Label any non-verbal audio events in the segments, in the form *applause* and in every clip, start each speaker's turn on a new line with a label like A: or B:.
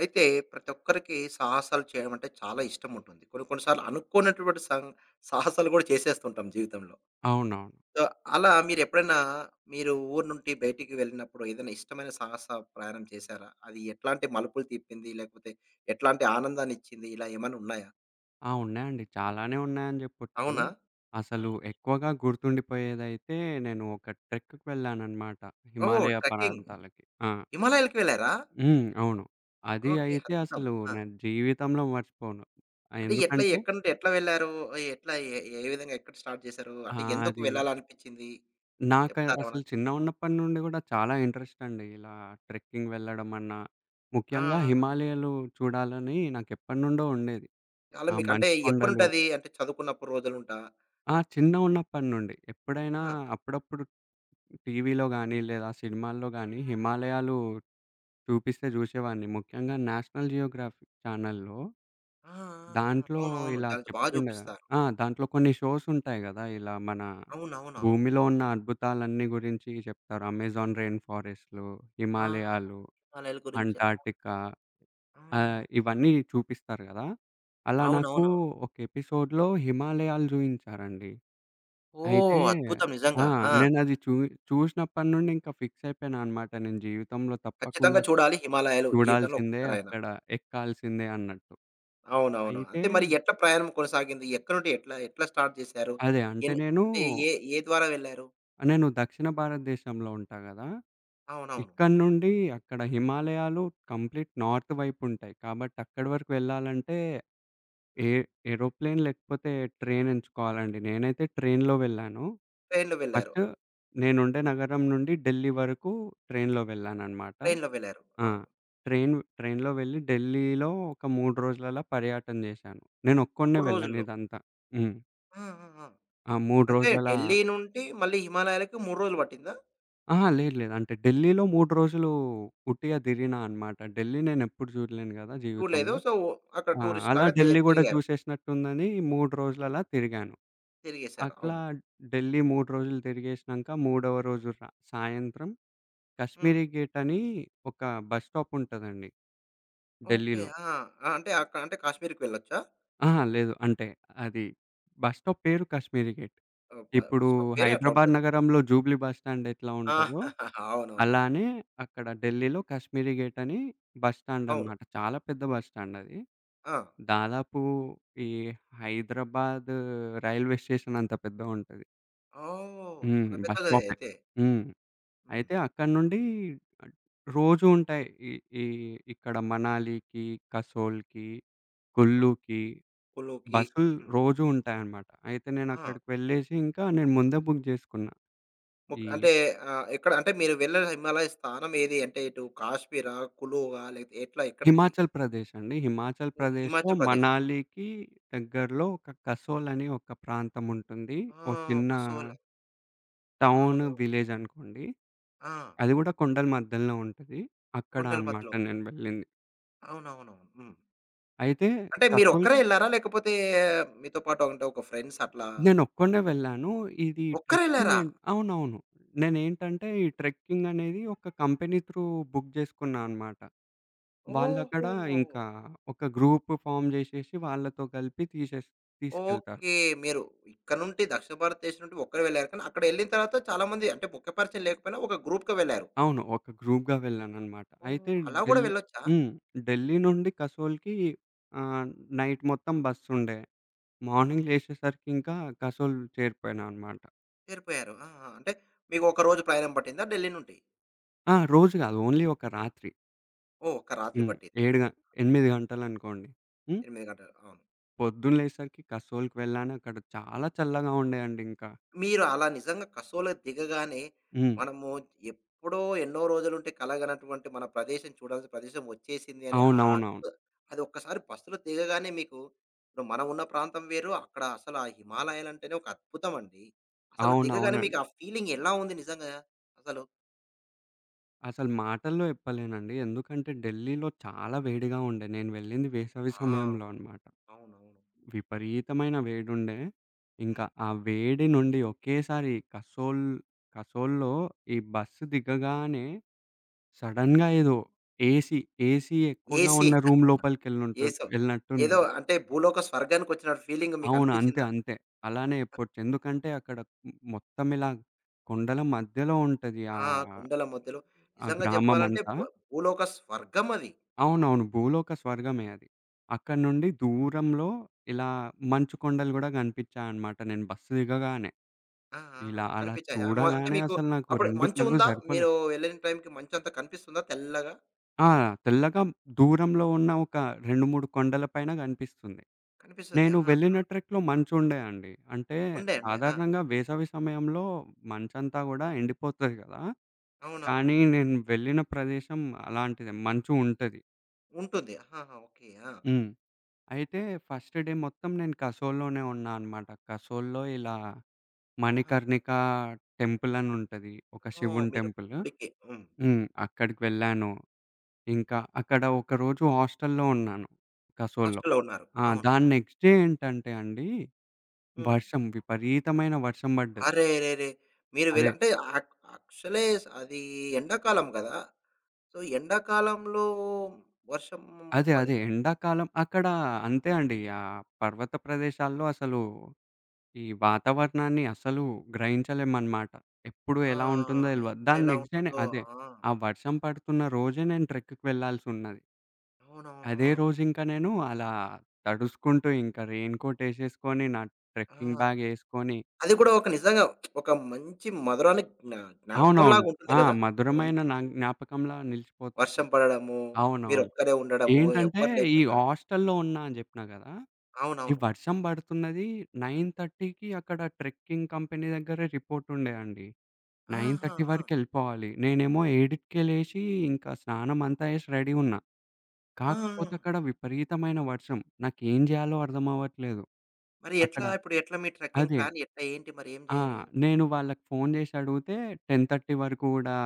A: అయితే ప్రతి ఒక్కరికి సాహసాలు చేయడం అంటే చాలా ఇష్టం ఉంటుంది. కొన్ని కొన్ని సార్లు అనుకోనటువంటి సాహసాలు కూడా చేసేస్తుంటాం జీవితంలో.
B: అవునవును.
A: సో, అలా మీరు ఎప్పుడైనా మీరు ఊరు నుండి బయటికి వెళ్ళినప్పుడు ఏదైనా ఇష్టమైన ప్రయాణం చేశారా? అది ఎట్లాంటి మలుపులు తిప్పింది? లేకపోతే ఎట్లాంటి ఆనందాన్ని ఇచ్చింది? ఇలా ఏమైనా ఉన్నాయా?
B: ఆ! ఉన్నాయండి. చాలానే ఉన్నాయని జెప్పొచ్చు.
A: అవునా? ఆ!
B: అసలు ఎక్కువగా గుర్తుండిపోయేదైతే నేను ఒక ట్రెక్‌కి వెళ్ళాననమాట.
A: ఓహ్!
B: హిమాలయ
A: ట్రెక్కింగ్.
B: ప్రాంతాలకి. ఆ!
A: హిమాలయాలకి వెళ్లారా?
B: హ్మ్. అవును. అది
A: ఓకే.
B: అయితే
A: అద్భుతం.
B: అసలు
A: ఆ!
B: నేను జీవితంలో మర్చిపోను.
A: అంటే
B: ఎందుకంటే
A: ఎక్కడి నుండి ఎట్లా వెళ్లారు? ఎట్లా ఏ ఏ విధంగా ఎక్కడ స్టార్ట్ చేశారు? అంటే
B: ఆహ్,
A: ఎందుకు
B: అది
A: వెళ్ళాలనిపించింది?
B: నాకు
A: చెప్తారా
B: అసలు
A: ఏమైనా?
B: చిన్నగున్నప్పటి నుండి గూడా చాలా ఇంట్రెస్ట్ అండి. ఇలా ట్రెక్కింగ్ వెళ్ళడం అన్నా,
A: ఆ!
B: ముఖ్యంగా
A: ఆ!
B: హిమాలయాలు చూడాలని నాకెప్పటినుండో ఉండేది.
A: అలా
B: ఆ
A: మీకు అంటే
B: మంచు కొండలు.
A: ఎప్పటినుంటది? అంటే చదువుకున్నప్పుడు రోజులుంటా?
B: ఆ! చిన్నగున్నప్పటి నుండి. ఎప్పుడైనా
A: ఆ!
B: అప్పుడప్పుడు టీవీలో గానీ, లేదా సినిమాల్లో గానీ హిమాలయాలు చూపిస్తే జూసేవాడిని. ముఖ్యంగా 'నేషనల్ జియోగ్రఫీ' ఛానల్‌లో.
A: ఆ! ఆ! ఆ!
B: దాంట్లో
A: అవునవును.
B: ఇలా
A: చాలా బా
B: చెప్తుండే కదా.
A: చూపిస్తారు.
B: ఆ! దాంట్లో కొన్ని షోస్ ఉంటాయి గదా! ఇలా మన
A: అవునవునవును.
B: భూమిలో ఉన్న అద్భుతాలన్నీ గురించి జెప్తారు. 'అమెజాన్ రెయిన్ ఫారెస్ట్‌లు',
A: ఆ!
B: 'హిమాలయాలు',
A: కాలేయాల గురించా?
B: 'అంటార్టికా',
A: ఆ!
B: ఇవన్నీ చూపిస్తారు గదా! అలా నాకు
A: అవునవును.
B: ఒక ఎపిసోడ్‌లో హిమాలయాలు జూయించారండి. అయితే
A: ఓహ్! అద్భుతం
B: ఆ!
A: నిజంగా. ఆ!
B: నేనది చూ చూసినప్పటి నుండి ఇంకా ఫిక్స్ అయిపోయాను అన్నమాట. నేను జీవితంలో
A: ఖచ్చితంగా
B: తప్పకుండా
A: చూడాలి హిమాలయాలు జీవితంలో
B: చూడాల్సిందే
A: ఒక్కసారైనా.
B: అక్కడ, ఎక్కాల్సిందే అన్నట్టు.
A: అవునవును.
B: అయితే
A: అంటే మరి ఎట్లా ప్రయాణం కొనసాగింది? ఎక్కడి నుండి ఎట్లా స్టార్ట్ చేశారు?
B: అదే అంటే
A: ఎన్ అంటే ఏ, ఏ ద్వారా వెళ్లారు?
B: నేను దక్షిణ భారతదేశంలో ఉంటా గదా!
A: అవునవును.
B: ఇక్కడి నుండి అక్కడ హిమాలయాలు కంప్లీట్ నార్త్ వైపు ఉంటాయి. కాబట్టి అక్కడి వరకు వెళ్ళాలంటే ఏ
A: హ్మ్.
B: ఏరోప్లేన్ లేకపోతే ట్రైన్ ఎంచుకోవాలండి. నేనైతే ట్రైన్‌లో వెళ్ళాను.
A: ట్రైన్‌లో వెళ్లారు.
B: ఫస్ట్ నేనుండే
A: హ్మ్.
B: నగరం నుండి ఢిల్లీ వరకు ట్రైన్‌లో వెళ్ళానన్నమాట.
A: ట్రైన్‌లో వెళ్లారు.
B: ఆ!
A: అవును.
B: ట్రైన్‌లో వెళ్లి ఢిల్లీలో ఒక 3 రోజులలా పర్యటన చేశాను. నేనొక్కడినే
A: 3
B: వెళ్ళాను
A: రోజుల్లో.
B: ఇదంతా. హ్మ్.
A: ఆ! ఆ! ఆ!
B: ఆ! 3
A: అంటే
B: రోజులలా.
A: ఢిల్లీ నుండి మళ్ళీ హిమాలయాలకి 3 రోజులు పట్టిందా?
B: అహా! లేదు లేదు. అంటే ఢిల్లీలో 3 రోజులు ఉట్టిగా తిరిగినా అన్నమాట. ఢిల్లీ నేనెప్పుడు చూడలేను కదా
A: చూడలేదు.
B: జీవితంలో.
A: అక్కడ
B: ఆ! అలా
A: టూరిస్ట్‌లాగా దే
B: ఢిల్లీ కూడా
A: తిరిగారు.
B: చూసేసినట్టుందని 3 రోజులలా తిరిగాను.
A: తిరిగేశారు.
B: అట్లా
A: అవును.
B: ఢిల్లీ 3 రోజులు తిరిగేసినంక మూడవ రోజు ర సాయంత్రం
A: హ్మ్.
B: కాశ్మీరీ గేట్ అని ఒక బస్ స్టాప్ ఉంటదండి
A: ఓకే.
B: ఢిల్లీలో.
A: ఆ! ఆ! అంటే అంటే కాశ్మీర్‌కి వెళ్ళొచ్చా?
B: అహా! లేదు. అంటే అది బస్ స్టాప్ పేరు కాశ్మీరీ గేట్.
A: ఆహ్,
B: ఇప్పుడు
A: బస్ స్టాప్ పేరే అట్లా
B: హైదరాబాద్
A: ఉంటది.
B: నగరంలో జూబ్లీ బస్ స్టాండ్ ఎట్లా
A: ఆ!
B: ఉంటదో,
A: *laughs* అవునవునవును.
B: అలానే అక్కడ ఢిల్లీలో కాశ్మీరీ గేట్ అని బస్ స్టాండ్
A: అవును.
B: అన్నమాట. చాలా పెద్ద బస్ స్టాండ్ అది.
A: ఆ!
B: దాదాపు ఈ హైదరాబాద్ రైల్వే స్టేషన్ అంత పెద్దగుంటది.
A: ఓహ్!
B: హ్మ్.
A: చాలా
B: బస్
A: పెద్దగదే
B: స్టాపే.
A: అయితే.
B: హ్మ్.
A: హ్మ్.
B: అయితే అక్కడి నుండి ఆహ్, రోజు ఉంటాయి. ఈ ఈ ఇక్కడ మనాలికి, కసోల్‌కి,
A: ఓహ్!
B: కుల్లూకి
A: కులూకి.
B: బస్సులు
A: హ్మ్.
B: రోజూ ఉంటాయన్నమాట. అయితే
A: ఆ!
B: నేనక్కడికి వెళ్ళేసి ఇంకా నేను ముందే బుక్ జేసుకున్నా. ఈ
A: అంటే ఆహ్, ఎక్కడ అంటే మీరు వెళ్ళిన హిమాలయ స్థానం ఏది? అంటే ఇటు కాశ్మీరా? కులువా? లేకపోతే ఎట్లా ఎక్కడికి?
B: హిమాచల్ ప్రదేశ్ అండి. హిమాచల్ ప్రదేశ్‌లో
A: హిమాచల్ ప్రదేశ్.
B: మనాలికి దగ్గరలో ఒక కసోల్ అని ఒక ప్రాంతం ఉంటుంది.
A: ఆ!
B: ఒక చిన్న
A: కసోలా.
B: టౌన్,
A: అవునవును.
B: విలేజ్ అనుకోండి.
A: ఆ!
B: అది గూడా కొండల మధ్యలో ఉంటది. అక్కడ
A: కొండల
B: అన్నమాట
A: మధ్యలో.
B: నేను వెళ్ళింది.
A: అవునవునవును. హ్మ్.
B: అయితే
A: అంటే మీరొక్కరే
B: కసోల్‌కి
A: ఎళ్లారా? లేకపోతే మీతో పాటు అంటే ఒక ఫ్రెండ్స్ అట్లా?
B: నేనొక్కడినే వెళ్ళాను. ఇది ట్రెక్కింగ్
A: ఒక్కరెళ్లారా?
B: అండ్ అవునవును. నేనేంటంటే ఈ ట్రెక్కింగ్ అనేది ఒక కంపెనీ త్రూ బుక్ జేసుకున్నా అన్నమాట. వాళ్ళక్కడ
A: ఓహో!
B: ఇంకా ఒక గ్రూప్ ఫార్మ్ జేసేసి వాళ్ళతో కలిపి తీసుకెళ్తారు.
A: ఓకే. మీరు ఇక్కడ నుండి దక్షిణ భారతదేశం నుండి ఒక్కరే వెళ్లారు. కానీ అక్కడ ఎళ్ళిన తర్వాత చాలా మంది అంటే ముఖ్య పరిచయం లేకపోయినా ఒక గ్రూప్‌గా వెళ్లారు.
B: అవును. ఒక గ్రూప్‌గా వెళ్ళాననమాట. అయితే
A: ఓహ్! అలా గూడా
B: ఢిల్
A: వెళ్ళొచ్చా?
B: హ్మ్. ఢిల్లీ నుండి కసోల్‌కి ఆహ్, నైట్ మొత్తం బస్సుండే.
A: ఆ!
B: మార్నింగ్ లేచేసరికి ఇంకా కసోల్ చేరిపోయినా అనమాట.
A: చేరిపోయారు. ఆ! ఆ! అంటే మీకు ఒక రోజు ప్రయాణం పట్టిందా ఢిల్లీ నుండి?
B: ఆ! రోజు గాదు. ఓన్లీ ఒక రాత్రి.
A: ఓహ్! ఒక్క రాత్రి
B: హ్మ్.
A: పట్టింది.
B: 7 గ
A: ఓకే.
B: 8 గంటలనుకోండి. హ్మ్.
A: 8 గంటలు. అవును.
B: పొద్దున లేసేసరికి కసోల్‌కి వెళ్ళాను. అక్కడ చాలా చల్లగా ఉండే అండి ఇంకా.
A: మీరు అలా నిజంగా కసోలో దిగగానే,
B: హ్మ్.
A: మనము ఎప్పుడో ఎన్నో రోజులుంటే కలగనటువంటి మన ప్రదేశం చూడాల్సిన ప్రదేశం వచ్చేసింది అని ఆహ్,
B: అవునవునవును.
A: అది ఒక్కసారి బస్సులో దిగగానే మీకు ఇప్పుడు మనం ఉన్న ప్రాంతం వేరు, అక్కడ అసలు ఆ హిమాలయాలంటేనే ఒక అద్భుతం అండి. అసలు దిగగానే మీకు
B: అవునవునండి.
A: ఆ ఫీలింగ్ ఎలా ఉంది నిజంగా అసలు?
B: అసలు మాటల్లో చెప్పలేనండి. ఎందుకంటే ఢిల్లీలో చాలా వేడిగా ఉండే. నేను వెళ్ళింది వేసవి
A: ఆ! అవును.
B: సమయంలో అన్నమాట.
A: అవునవును.
B: విపరీతమైన వేడుండే. ఇంకా
A: హ్మ్.
B: ఆ వేడి నుండి ఒకేసారి కసోల్‌లో ఈ బస్సు దిగగానే సడెన్‌గా
A: హ్మ్.
B: ఏదో ఏసీ, ఏసీ ఎక్కువగా
A: ఏసీ
B: ఉన్న రూమ్
A: *laughs* ఏసో ఏదో
B: ఎళ్ళినట్టున్నది.
A: అంటే భూలోక స్వర్గానికొచ్చిన ఫీలింగ్ మీకు
B: అవును. అంతే.
A: అనిపించిందా?
B: అంతే. అలానే చెప్పొచ్చు. ఎందుకంటే అక్కడ మొత్తం ఇలా కొండల మధ్యలో ఉంటది.
A: ఆ! కొండల మధ్యలో
B: ఆ
A: నిజంగా
B: గ్రామం
A: చెప్పాలంటే
B: అంతా.
A: భూలోక స్వర్గం అది.
B: అవునవును. భూలోక స్వర్గమే అది. అక్కడి నుండి దూరంలో ఇలా మంచు కొండలు గూడా గనిపించాయన్నమాట. నేను బస్సు దిగగానే.
A: ఆ! ఆ!
B: ఇలా అలా
A: కనిపించాయా? అంటే
B: చూడగానే
A: మీకు
B: అసలు నాకు
A: అప్పుడు
B: 2 కళ్ళు
A: మంచుందా?
B: సరిపోలే.
A: మీరు వెళ్ళిన టైంకి మంచంతా కనిపిస్తుందా తెల్లగా?
B: ఆ! తెల్లగా దూరంలో ఉన్న ఒక 2, 3 కొండల పైన గనిపిస్తుంది.
A: కనిపిస్తుంది.
B: నేను
A: ఆహా!
B: వెళ్ళిన ట్రెక్‌లో మంచుండే అండి. అంటే
A: ఉండే అండి. ఆ!
B: సాధారణంగా వేసవి సమయంలో మంచంతా గూడా ఎండిపోతది గదా!
A: అవునవును.
B: కానీ నేను వెళ్ళిన ప్రదేశం అలాంటిదే మంచు ఉంటది.
A: ఉంటుంది. ఆహాహా! ఓకే. ఆ!
B: హ్మ్. అయితే ఫస్ట్ డే మొత్తం నేను కసోల్‌లోనే ఉన్నా అనమాట. కసోల్‌లో ఇలా
A: ఆహా!
B: మణికర్ణిక టెంపుల్ అని ఉంటది. ఒక
A: ఓహ్!
B: శివుని
A: మీరు
B: టెంపుల్.
A: గుడికి హ్మ్.
B: హ్మ్. అక్కడికి వెళ్ళాను. ఇంకా అక్కడ ఒకరోజు హాస్టల్‌లో ఉన్నాను కసోల్‌లో.
A: హాస్టల్‌లో ఉన్నారు.
B: ఆ!
A: అవును.
B: దాని నెక్స్ట్ డే ఏంటంటే అండి,
A: హ్మ్.
B: విపరీతమైన వర్షం పడ్డది.
A: అరెరెరే! మీరు వెళ్
B: అదే.
A: అంటే యాక్ యాక్చువల్లీ అది ఎండాకాలం గదా! ఎండాకాలంలో వర్షం
B: అదే.
A: పడితే
B: ఎండాకాలం అక్కడ అంతే అండి. ఆ పర్వత ప్రదేశాల్లో అసలు ఈ వాతావరణాన్ని అసలు గ్రహించలేమనమాట. ఎప్పుడు
A: ఆ!
B: ఎలా ఉంటుందో తెలవదు. దాని
A: ఎప్పుడెలా
B: నెక్స్ట్ డేనే
A: ఉంటుందో.
B: అదే
A: ఆ!
B: ఆ వర్షం పడుతున్న రోజే నేను ట్రెక్‌కి వెళ్ళాల్సున్నది. అదే
A: అవునవును.
B: రోజు ఇంకా నేను అలా తడుసుకుంటూ ఇంకా రెయిన్‌కోట్ ఎసేసుకొని, నా
A: ఆ!
B: ట్రెక్కింగ్
A: ఆ!
B: బ్యాగ్ ఎసుకొని
A: అది కూడా ఒక నిజంగా ఒక మంచి మధురాని
B: అవునవును.
A: జ్ఞాపకంలాగా ఉంటుంది
B: ఆ!
A: గదా!
B: మధురమైన
A: మంచి
B: నా జ్ఞాపకంలా నిలిచిపోతది.
A: వర్షం పడడము,
B: అవునవును.
A: మీరొక్కరే ఉండడము,
B: ఏంటంటే
A: ఎవ్వరు
B: ఈ
A: లేకుండా.
B: హాస్టల్‌లో ఉన్నా అని జెప్పినా గదా! ఈ
A: అవునవును.
B: వర్షం పడుతున్నది. 9:30కి అక్కడ ట్రెక్కింగ్ కంపెనీ దగ్గర రిపోర్ట్ ఉండే అండి.
A: ఆహా!
B: 9:30
A: ఆ!
B: వరకెళ్ళిపోవాలి. నేనేమో 7కే లేచి ఇంకా స్నానం అంతా చేసి రెడీ ఉన్నా.
A: ఆ!
B: కాకపోతే అక్కడ విపరీతమైన వర్షం. నాకేం జేయాలో అర్థమవ్వట్లేదు.
A: మరి
B: అక్కడ
A: ఎట్లా ఇప్పుడు ఎట్లా మీ ట్రెక్కింగ్
B: అదే.
A: ప్లాన్ ఎట్లా ఏంటి మరి ఏం
B: ఆ!
A: జరిగింది?
B: నేను వాళ్ళకి ఫోన్ జేసి అడిగితే 10:30 వరకు గూడా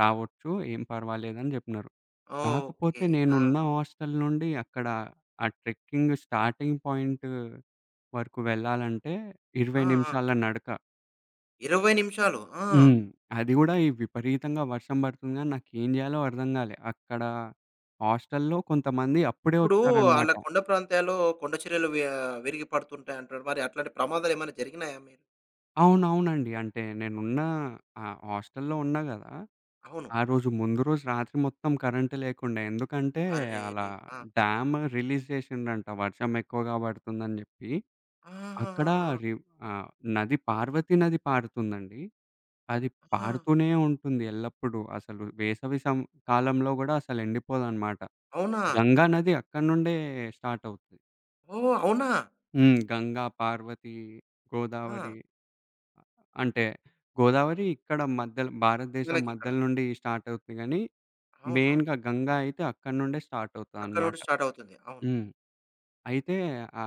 B: రావచ్చు. ఏం పర్వాలేదని జెప్పినారు.
A: ఓకే.
B: కాకపోతే
A: ఆ!
B: నేనున్న హాస్టల్ నుండి అక్కడ ఆ ట్రెక్కింగ్ స్టార్టింగ్ పాయింట్ వరకు వెళ్ళాలంటే 20
A: ఆ! ఆ!
B: నిమిషాల నడక.
A: 20 నిమిషాలు. ఆ!
B: హ్మ్. అది గూడా ఈ విపరీతంగా వర్షం పడుతుంది గానీ, నాకేం జేయాలో అర్థం గాలే. అక్కడ హాస్టల్‌లో కొంతమంది అప్పుడే
A: ఇప్పుడు
B: వచ్చారనమాట.
A: అలా కొండ ప్రాంతాల్లో కొండ చర్యలు ఆహ్, విరిగి పడుతుంటాయి అంటారు. మరి అట్లాంటి ప్రమాదాలు ఏమైనా జరిగినాయా మీరు?
B: అవునవునండి. అంటే నేనున్న హాస్టల్‌లో ఉన్నా గదా!
A: అవును.
B: ఆ రోజు ముందు రోజు రాత్రి మొత్తం కరెంట్ లేకుండే. ఎందుకంటే, అలా
A: అరెరే! ఆ!
B: డ్యామ్ రిలీజ్ జేసిండ్రంట వర్షం ఎక్కువగా పడుతుందని జెప్పి. అక్కడ
A: ఆహాహాహా!
B: రి ఆహ్, పార్వతి నది పారుతుందండి. అది
A: ఆ!
B: పారుతూనే ఉంటుంది ఎల్లప్పుడూ. అసలు వేసవి సం కాలంలో గూడా అసలు ఎండిపోదనమాట.
A: అవునా?
B: గంగా నది అక్కడి నుండే స్టార్ట్ అవుతది.
A: ఓహ్! అవునా?
B: హ్మ్. గంగా, పార్వతి,
A: ఆ!
B: గోదావరి. అంటే గోదావరి ఇక్కడ మధ్యలో భారతదేశం
A: మనకిక్కడ.
B: మధ్యలో నుండి స్టార్ట్ అవుతుంది గానీ,
A: అవునవును.
B: మెయిన్‌గా గంగా అయితే అక్కడి నుండే స్టార్ట్
A: అక్కడ
B: అవుతదనమాట.
A: నుండి స్టార్ట్ అవుతుంది. అవును.
B: హ్మ్. అయితే ఆ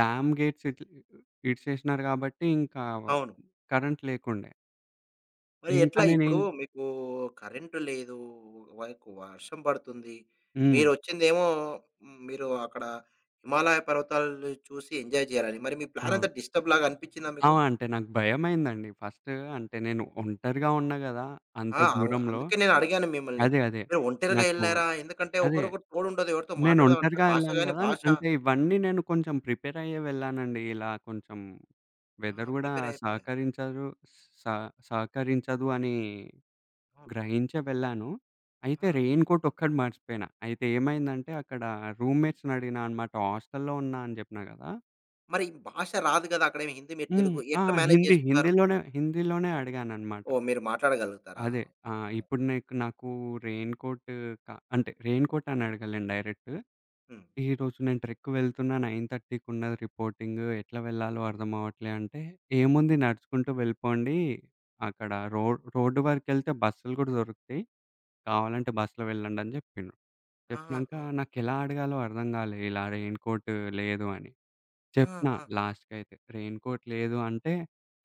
B: డ్యామ్ గేట్స్ ఇడిచేసినారు కాబట్టి ఇంకా
A: అవును.
B: కరెంట్ లేకుండే.
A: మరి
B: ఇంకా
A: ఎట్లా ఇప్పుడు
B: నేనేం
A: మీకు కరెంటు లేదు, వకు వర్షం పడుతుంది.
B: హ్మ్.
A: మీరొచ్చిందేమో హ్మ్, మీరు అక్కడ హిమాలయ పర్వతాలు చూసి ఎంజాయ్ చేయాలని. మరి మీ ప్లాన్ అంతా
B: అవును.
A: డిస్టర్బ్ లాగా అనిపించిందా
B: ఆ!
A: మీకు?
B: అంటే నాకు భయమైందండి. ఫస్ట్ అంటే నేను ఒంటరిగా ఉన్నా గదా! అంత
A: ఆ!
B: దూరంలో.
A: అందుకే నేను అడిగాను మిమ్మల్ని.
B: అదే. అదే.
A: మీరు ఒంటరిగా
B: నాకు
A: ఎళ్లారా? ఎందుకంటే
B: అదే.
A: ఒకరికొకరు తోడుండదు. ఎవరితో
B: నేను
A: మాట్లాడదాం అంటే
B: ఒంటరిగా
A: భాష
B: ఎళ్ళాను
A: గాని
B: గదా!
A: భాష
B: అంటే ఇవన్నీ నేను కొంచెం ప్రిపేర్ అయ్యే వెళ్ళానండి. ఇలా కొంచెం
A: ఆ!
B: వెదర్ గూడా
A: ప్రిపేర్ అయిపోలేదు.
B: సహకరించదు సహ సహకరించదు అని
A: అవును.
B: గ్రహించే వెళ్ళాను. అయితే
A: ఆ!
B: రెయిన్ కోట్ ఒక్కటి మర్చిపోయినా. అయితే ఏమైందంటే అక్కడ రూమ్‌మేట్స్‌ని అడిగినా అన్నమాట. హాస్టల్‌లో ఉన్నా అని జెప్పినా గదా!
A: మరి భాష రాదు గదా! అక్కడేమి హిందీ మీరు
B: హ్మ్.
A: తెలుగు
B: ఆ!
A: ఎట్లా మేనేజ్
B: హిందీ
A: చేసుకున్నారు?
B: హిందీలోనే హిందీలోనే అడిగానన్నమాట.
A: ఓహ్! మీరు మాట్లాడగలుగుతారా?
B: అదే. ఆ!
A: ఓకే.
B: ఇప్పుడు నీకు నాకు రెయిన్ కోట్ క అంటే రెయిన్ కోట్ అని అడగలేను డైరెక్ట్.
A: హ్మ్.
B: ఈరోజు నేను ట్రెక్‌కి వెళ్తున్నా 9:30కి ఉన్నది రిపోర్టింగ్. ఎట్లా వెళ్ళాలో అర్థం అవ్వట్లే అంటే, "ఏముంది నడుచుకుంటూ వెళ్ళిపోండి. అక్కడ రోడ్డు వరకెళ్తే బస్సులు గూడా దొరుకుతాయి. కావాలంటే బస్సులో వెళ్ళండి" అని జెప్పిండు. చెప్పినంక
A: ఆహాహా!
B: నాకెలా అడగాలో అర్థం గాలే. ఇలా రెయిన్ కోట్ లేదు అని. చెప్పినా
A: ఆహా!
B: లాస్ట్‌కైతే "రెయిన్ కోట్ లేదు" అంటే,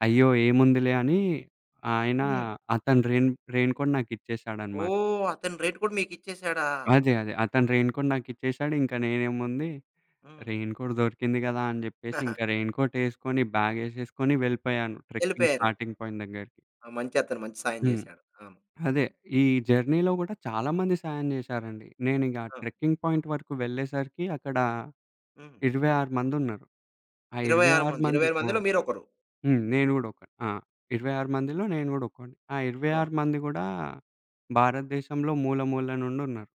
B: "అయ్యో! ఏముందిలే" అని ఆయన
A: హ్మ్.
B: అతను రెయిన్ రెయిన్ కోట్ నాకిచ్చేసాడన్నమాట.
A: ఓహ్! అతని రేట్ కూడా మీకిచ్చేసాడా?
B: అదే. అదే. అతను రెయిన్ కోట్ నాకిచ్చేసాడు. ఇంక నేనేముంది
A: హ్మ్.
B: రెయిన్‌కోట్ దొరికింది గదా! అని జెప్పేసి ఇంకా
A: *laughs*
B: రెయిన్‌కోటేసుకొని, బ్యాగేసేసుకొని వెళ్ళిపోయాను ట్రెక్కింగ్
A: ఎళ్ళిపోయారు.
B: స్టార్టింగ్ పాయింట్ దగ్గరికి.
A: ఆ! అతను మంచి సాయం
B: హ్మ్.
A: జేశాడు. అవును.
B: అదే ఈ జర్నీలో గూడా చాలా మంది సాయం జేశారండి. నేనిగ
A: ఆ!
B: ట్రెక్కింగ్ పాయింట్ వరకు వెళ్ళేసరికి అక్కడ
A: హ్మ్.
B: 26 మందున్నారు. ఆ
A: 26
B: 26
A: మంది.
B: మంది.
A: 26
B: ఆ!
A: మందిలో మీరొకరు.
B: హ్మ్. నేను గూడా ఒకడు. ఆ! 26 మందిలో నేను గూడా ఒకడిని. ఆ
A: అవును.
B: 26 మంది గూడా భారతదేశంలో మూల మూల నుండున్నారు.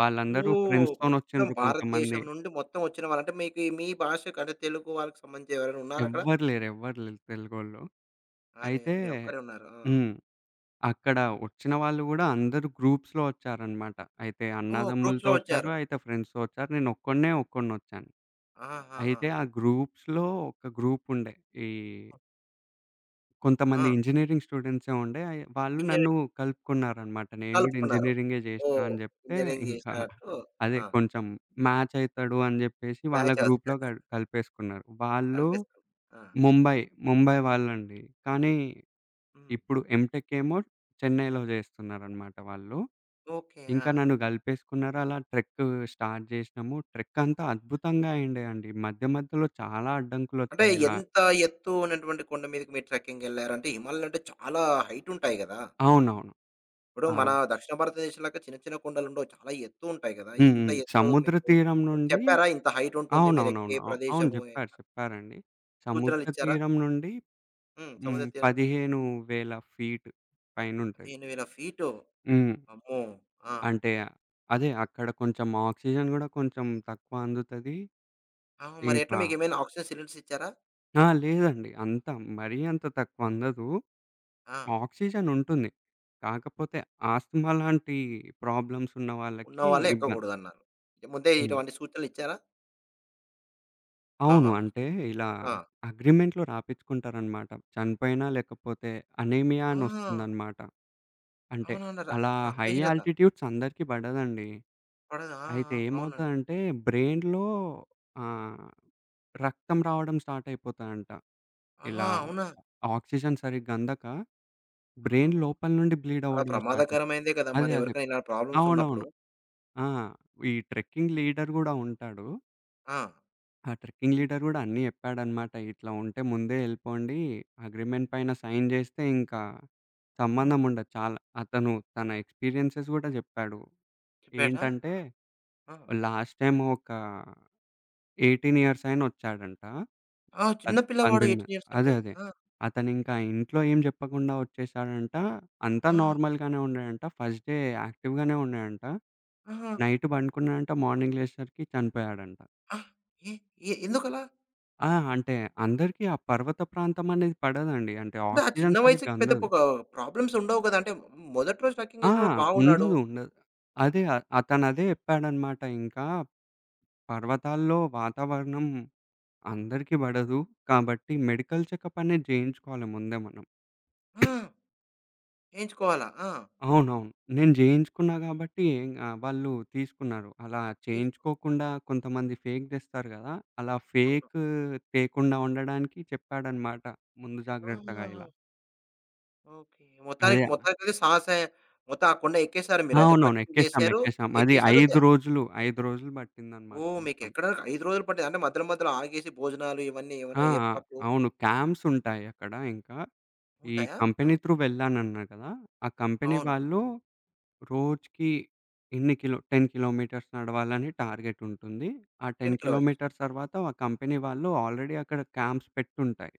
B: వాళ్ళందరూ
A: ఓహ్! మొత్తం
B: ఫ్రెండ్స్‌తోనొచ్చిండ్రు కొంతమంది.
A: భారతదేశం నుండి మొత్తం వచ్చిన వాళ్ళు. అంటే మీకు మీ భాషకు అంటే తెలుగు వాళ్ళకి సంబంధించి ఎవరైనా ఉన్నారక్కడ?
B: ఎవ్వరు లేరు. ఎవ్వరు లేరు తెలుగోళ్ళు.
A: అరెరే!
B: అయితే
A: మీరొక్కరే ఉన్నారు. ఆ!
B: హ్మ్. అక్కడ వచ్చిన వాళ్ళు గూడా అందరూ గ్రూప్స్‌లో వచ్చారనమాట. అయితే
A: ఓహ్! గ్రూప్స్‌లో
B: అన్నదమ్ములతో
A: వచ్చారు.
B: వచ్చారు. అయితే ఫ్రెండ్స్‌తో వచ్చారు. ఒక్కడినొచ్చాను.
A: ఆహాహా!
B: అయితే ఆ గ్రూప్స్‌లో ఒక గ్రూప్ ఉండే. ఈ
A: ఆ!
B: కొంతమంది ఇంజినీరింగ్ స్టూడెంట్సే ఉండే. అయి వాళ్ళు నన్ను
A: ఇంజినీరింగ్
B: కలుపుకున్నారనమాట. నేను గూడా
A: కలుపుకున్నారు.
B: ఇంజినీరింగే జేసినా
A: ఓహ్!
B: అని జెప్తే,
A: ఇంజినీరింగ్
B: ఇంకా
A: చేసినట్టు
B: అదే
A: ఆ!
B: కొంచెం మ్యాచ్ అయితాడు అని జెప్పేసి వాళ్ళ
A: మ్యాచ్
B: గ్రూప్‌లో
A: అవుతుంది.
B: కలిపేసుకున్నారు. వాళ్ళు
A: కలిపేసుకున్నారు. ఆ!
B: ముంబై, ముంబై వాళ్ళండి. కానీ
A: హ్మ్.
B: ఇప్పుడు ఎంటెక్ ఏమో చెన్నైలో జేస్తున్నారనమాట వాళ్ళు.
A: ఓకే.
B: ఇంకా
A: ఆ!
B: నన్ను కలిపేసుకున్నారు. అలా ట్రెక్ స్టార్ట్ జేసినాము. ట్రెక్ అంతా అద్భుతంగా అయిండే అండి. మధ్య మధ్యలో చాలా
A: అంటే
B: అడ్డంకులొచ్చాయి ఇలా.
A: ఎంత ఎత్తు ఉన్నటువంటి కొండ మీదకి మీరు ట్రెక్కింగ్‌కెళ్లారు? అంటే హిమాలయాలు అంటే చాలా హైట్ ఉంటాయి గదా!
B: అవునవును.
A: ఇప్పుడు
B: ఆ!
A: మన దక్షిణ భారతదేశంలాగా చిన్న చిన్న కొండలుండవు. చాలా ఎత్తు ఉంటాయి గదా!
B: హ్మ్.
A: ఎంత
B: హ్మ్.
A: ఎత్తు
B: సముద్ర
A: మీకు
B: తీరం నుండి
A: చెప్పారా? ఇంత హైట్ ఉంటుంది. మీరెక్కే
B: అవునవునవును. అవును.
A: ప్రదేశము
B: జెప్పారు.
A: ఎట్లా
B: చెప్పారండి. సముద్ర
A: సూచనలిచ్చారా?
B: తీరం నుండి
A: హ్మ్.
B: హ్మ్.
A: సముద్ర తీరం
B: 15,000 ఫీట్ పైనుంటది.
A: 15,000 ఫీటు.
B: హ్మ్.
A: అమ్మో! ఆ!
B: అంటే అదే అక్కడ కొంచెం ఆక్సిజన్ గూడా కొంచెం తక్కువ అందుతది.
A: ఆ! మరి ఎట్లా
B: ఇంకా
A: మీకేమైనా ఆక్సిజన్ సిలిండర్స్ ఇచ్చారా?
B: ఆ! లేదండి. అంత మరీ అంత తక్కువ అందదు.
A: ఆ!
B: ఆక్సిజన్ ఉంటుంది. కాకపోతే ఆస్తమా లాంటి ప్రాబ్లమ్స్ ఉన్న
A: ఉన్న
B: వాళ్ళకి
A: వాళ్ళే
B: ఇబ్బంది.
A: ఎక్కకూడదన్నారు. ముందే
B: హ్మ్.
A: ఇటువంటి సూచనలిచ్చారా?
B: అవును.
A: ఆహా!
B: అంటే ఇలా
A: ఆ!
B: అగ్రీమెంట్‌లో రాపిచ్చుకుంటారనమాట. చనిపోయినా లేకపోతే అనీమియా అని
A: ఆ!
B: వస్తుందనమాట. అంటే
A: అవునవును.
B: అలా హై
A: రక్తహీనత
B: ఆల్టిట్యూడ్స్ అందరికీ పడదండి.
A: పడదు. ఆ!
B: అయితే
A: ఆ! అవునండి.
B: ఏమవుతదంటే బ్రెయిన్‌లో ఆహ్, రక్తం రావడం స్టార్ట్ అయిపోతదంట.
A: ఆ!
B: ఇలా
A: అవునా?
B: ఆక్సిజన్ సరిగ్గా అందక
A: ఆ!
B: బ్రెయిన్ లోపల నుండి బ్లీడ్
A: చాలా
B: అవ్వడం స్టార్ట్ అయితది.
A: ప్రమాదకరమైందే కదా!
B: అదే.
A: మరి
B: అదే.
A: ఎవరికైనా ఇలా ప్రాబ్లమ్స్ ఉన్నప్పుడు.
B: అవునవును. ఆ! ఈ ట్రెక్కింగ్ లీడర్ గూడా ఉంటాడు.
A: ఆ!
B: ఆ ట్రెక్కింగ్ లీడర్ గూడా అన్నీ చెప్పాడనమాట. ఇట్లా ఉంటే ముందే ఎళ్ళిపోండి. అగ్రీమెంట్ పైన సైన్ జేస్తే ఇంకా సంబంధం
A: హ్మ్.
B: ఉండదు. చాలా అతను తన ఎక్స్‌పీరియన్సెస్ గూడా జెప్పాడు.
A: చెప్పాడా?
B: ఏంటంటే
A: ఆ!
B: లాస్ట్ టైమ్ ఒక 18 ఇయర్స్ ఆయన వచ్చాడంట.
A: ఆ! చిన్న
B: పద్
A: పిల్లవాడు 18
B: 18
A: ఇయర్స్ అంటే.
B: అదే. అదే.
A: ఆ!
B: అతనింకా ఇంట్లో ఏం జెప్పకుండా వచ్చేసాడంట. అంతా
A: ఆ!
B: నార్మల్‌గానే ఉండేడంట. ఫస్ట్ డే యాక్టివ్‌గానే ఉన్నాడంట.
A: ఆహా!
B: నైట్ పండుకున్నాడంట. మార్నింగ్ లేచేసరికి చనిపోయాడంట.
A: ఆ! ఏ ఏ ఎందుకలా?
B: ఆ! అంటే అందరికీ ఆ పర్వత ప్రాంతం అనేది పడదండి. అంటే
A: అంటే ఆ చిన్న
B: ఆక్సిజన్ సరిగ్గా
A: వయసుకి పెద్ద
B: అందదు.
A: పొగ ప్రాబ్లమ్స్ ఉండవు కదా! అంటే మొదటి రోజు ట్రెక్కింగ్
B: ఆ!
A: ఏసినప్పుడు
B: ఉండదు.
A: బాగున్నాడు.
B: ఉండదు. అదే అతనదే చెప్పాడన్నమాట. ఇంకా పర్వతాల్లో వాతావరణం అందరికీ పడదు. కాబట్టి మెడికల్ చెకప్ అనేది చేయించుకోవాలి ముందే మనం.
A: ఆ! ఏయించుకోవాలా? ఆ!
B: అవునవును. నేను చేయించుకున్నా కాబట్టి ఏం వాళ్ళు తీసుకున్నారు. అలా
A: తీసుకో
B: చేయించుకోకుండా కొంతమంది ఫేక్ తెస్తారు కదా! అలా ఫేక్ తేకుండా ఉండడానికి చెప్పాడన్నమాట ముందు జాగ్రత్తగా
A: ఆహా!
B: ఇలా.
A: ఓకే.
B: అదే
A: మొత్తానికి మొత్తానికైతే సాహసే మొత్తం ఆ కొండ ఎక్కేసారు మీరైతే.
B: అవునవును.
A: ట్రెక్కింగ్
B: ఎక్కేసాం,
A: చేశారు,
B: ఎక్కేసాం. అది
A: ఎక్కేసారు.
B: 5 రోజులు, 5 రోజులు పట్టిందనమాట
A: ఓహ్!
B: మొత్తం.
A: మీకెక్కడానికి 5 రోజులు పట్టింది. అంటే మధ్యలో మధ్యలో ఆగేసి భోజనాలు ఇవన్నీ ఏమైనా
B: ఆ! ఆ!
A: ఏర్పాట్లు
B: అవును. క్యాంప్స్ ఉంటాయి అక్కడ ఇంకా. ఈ
A: ఉంటాయా? ఆ!
B: కంపెనీ త్రూ వెళ్ళానన్నా కదా! ఆ కంపెనీ
A: అవునవును.
B: వాళ్ళు రోజుకి ఇన్ని కిలో 10 కిలోమీటర్స్ నడవాలని టార్గెట్ ఉంటుంది. ఆ
A: 10
B: 10
A: కిలోమీటర్స్
B: కిలోమీటర్స్ తర్వాత ఆ కంపెనీ వాళ్ళు ఆల్రెడీ అక్కడ క్యాంప్స్ పెట్టుంటాయి.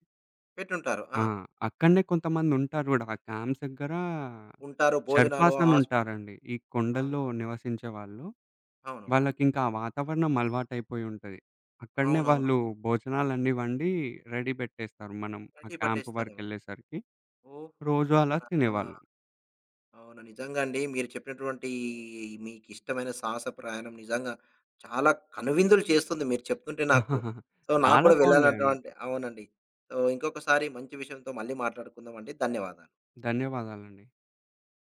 A: పెట్టుంటారు. ఆ!
B: ఆ! అక్కడనే కొంతమందుంటారు గూడా. ఆ క్యాంప్స్ దగ్గర
A: ఉంటారు. భోజనాలు
B: షెర్పాస్
A: ఆస్
B: అనుంటారండి. ఈ కొండల్లో
A: ఆహా!
B: నివసించేవాళ్ళు.
A: అవునవును.
B: వాళ్ళకింకా ఆ వాతావరణం అలవాటైపోయి ఉంటది. అక్కడనే
A: అవునవును.
B: వాళ్ళు భోజనాలన్నీ వండి రెడీ బెట్టేస్తారు. మనం ఆ
A: బయటికి
B: క్యాంప్
A: పట్టేస్తారేమో.
B: వరకెళ్ళేసరికి రోజు
A: ఓహోహో!
B: అలా
A: ఆ!
B: తినేవాళ్ళం.
A: అవును. నిజంగా అండి. మీరు చెప్పినటువంటి మీకిష్టమైన సాహస ప్రయాణం నిజంగా చాలా కనువిందులు చేస్తుంది మీరు చెప్తుంటే నాకు.
B: *laughs*
A: నాకు
B: చాలా
A: కూడా
B: బావుండేయండి.
A: వెళ్ళాలన్నటువంటి అవునండి. ఇంకొకసారి మంచి విషయంతో మళ్ళీ మాట్లాడుకుందామండి. ధన్యవాదాలు.
B: ధన్యవాదాలండి.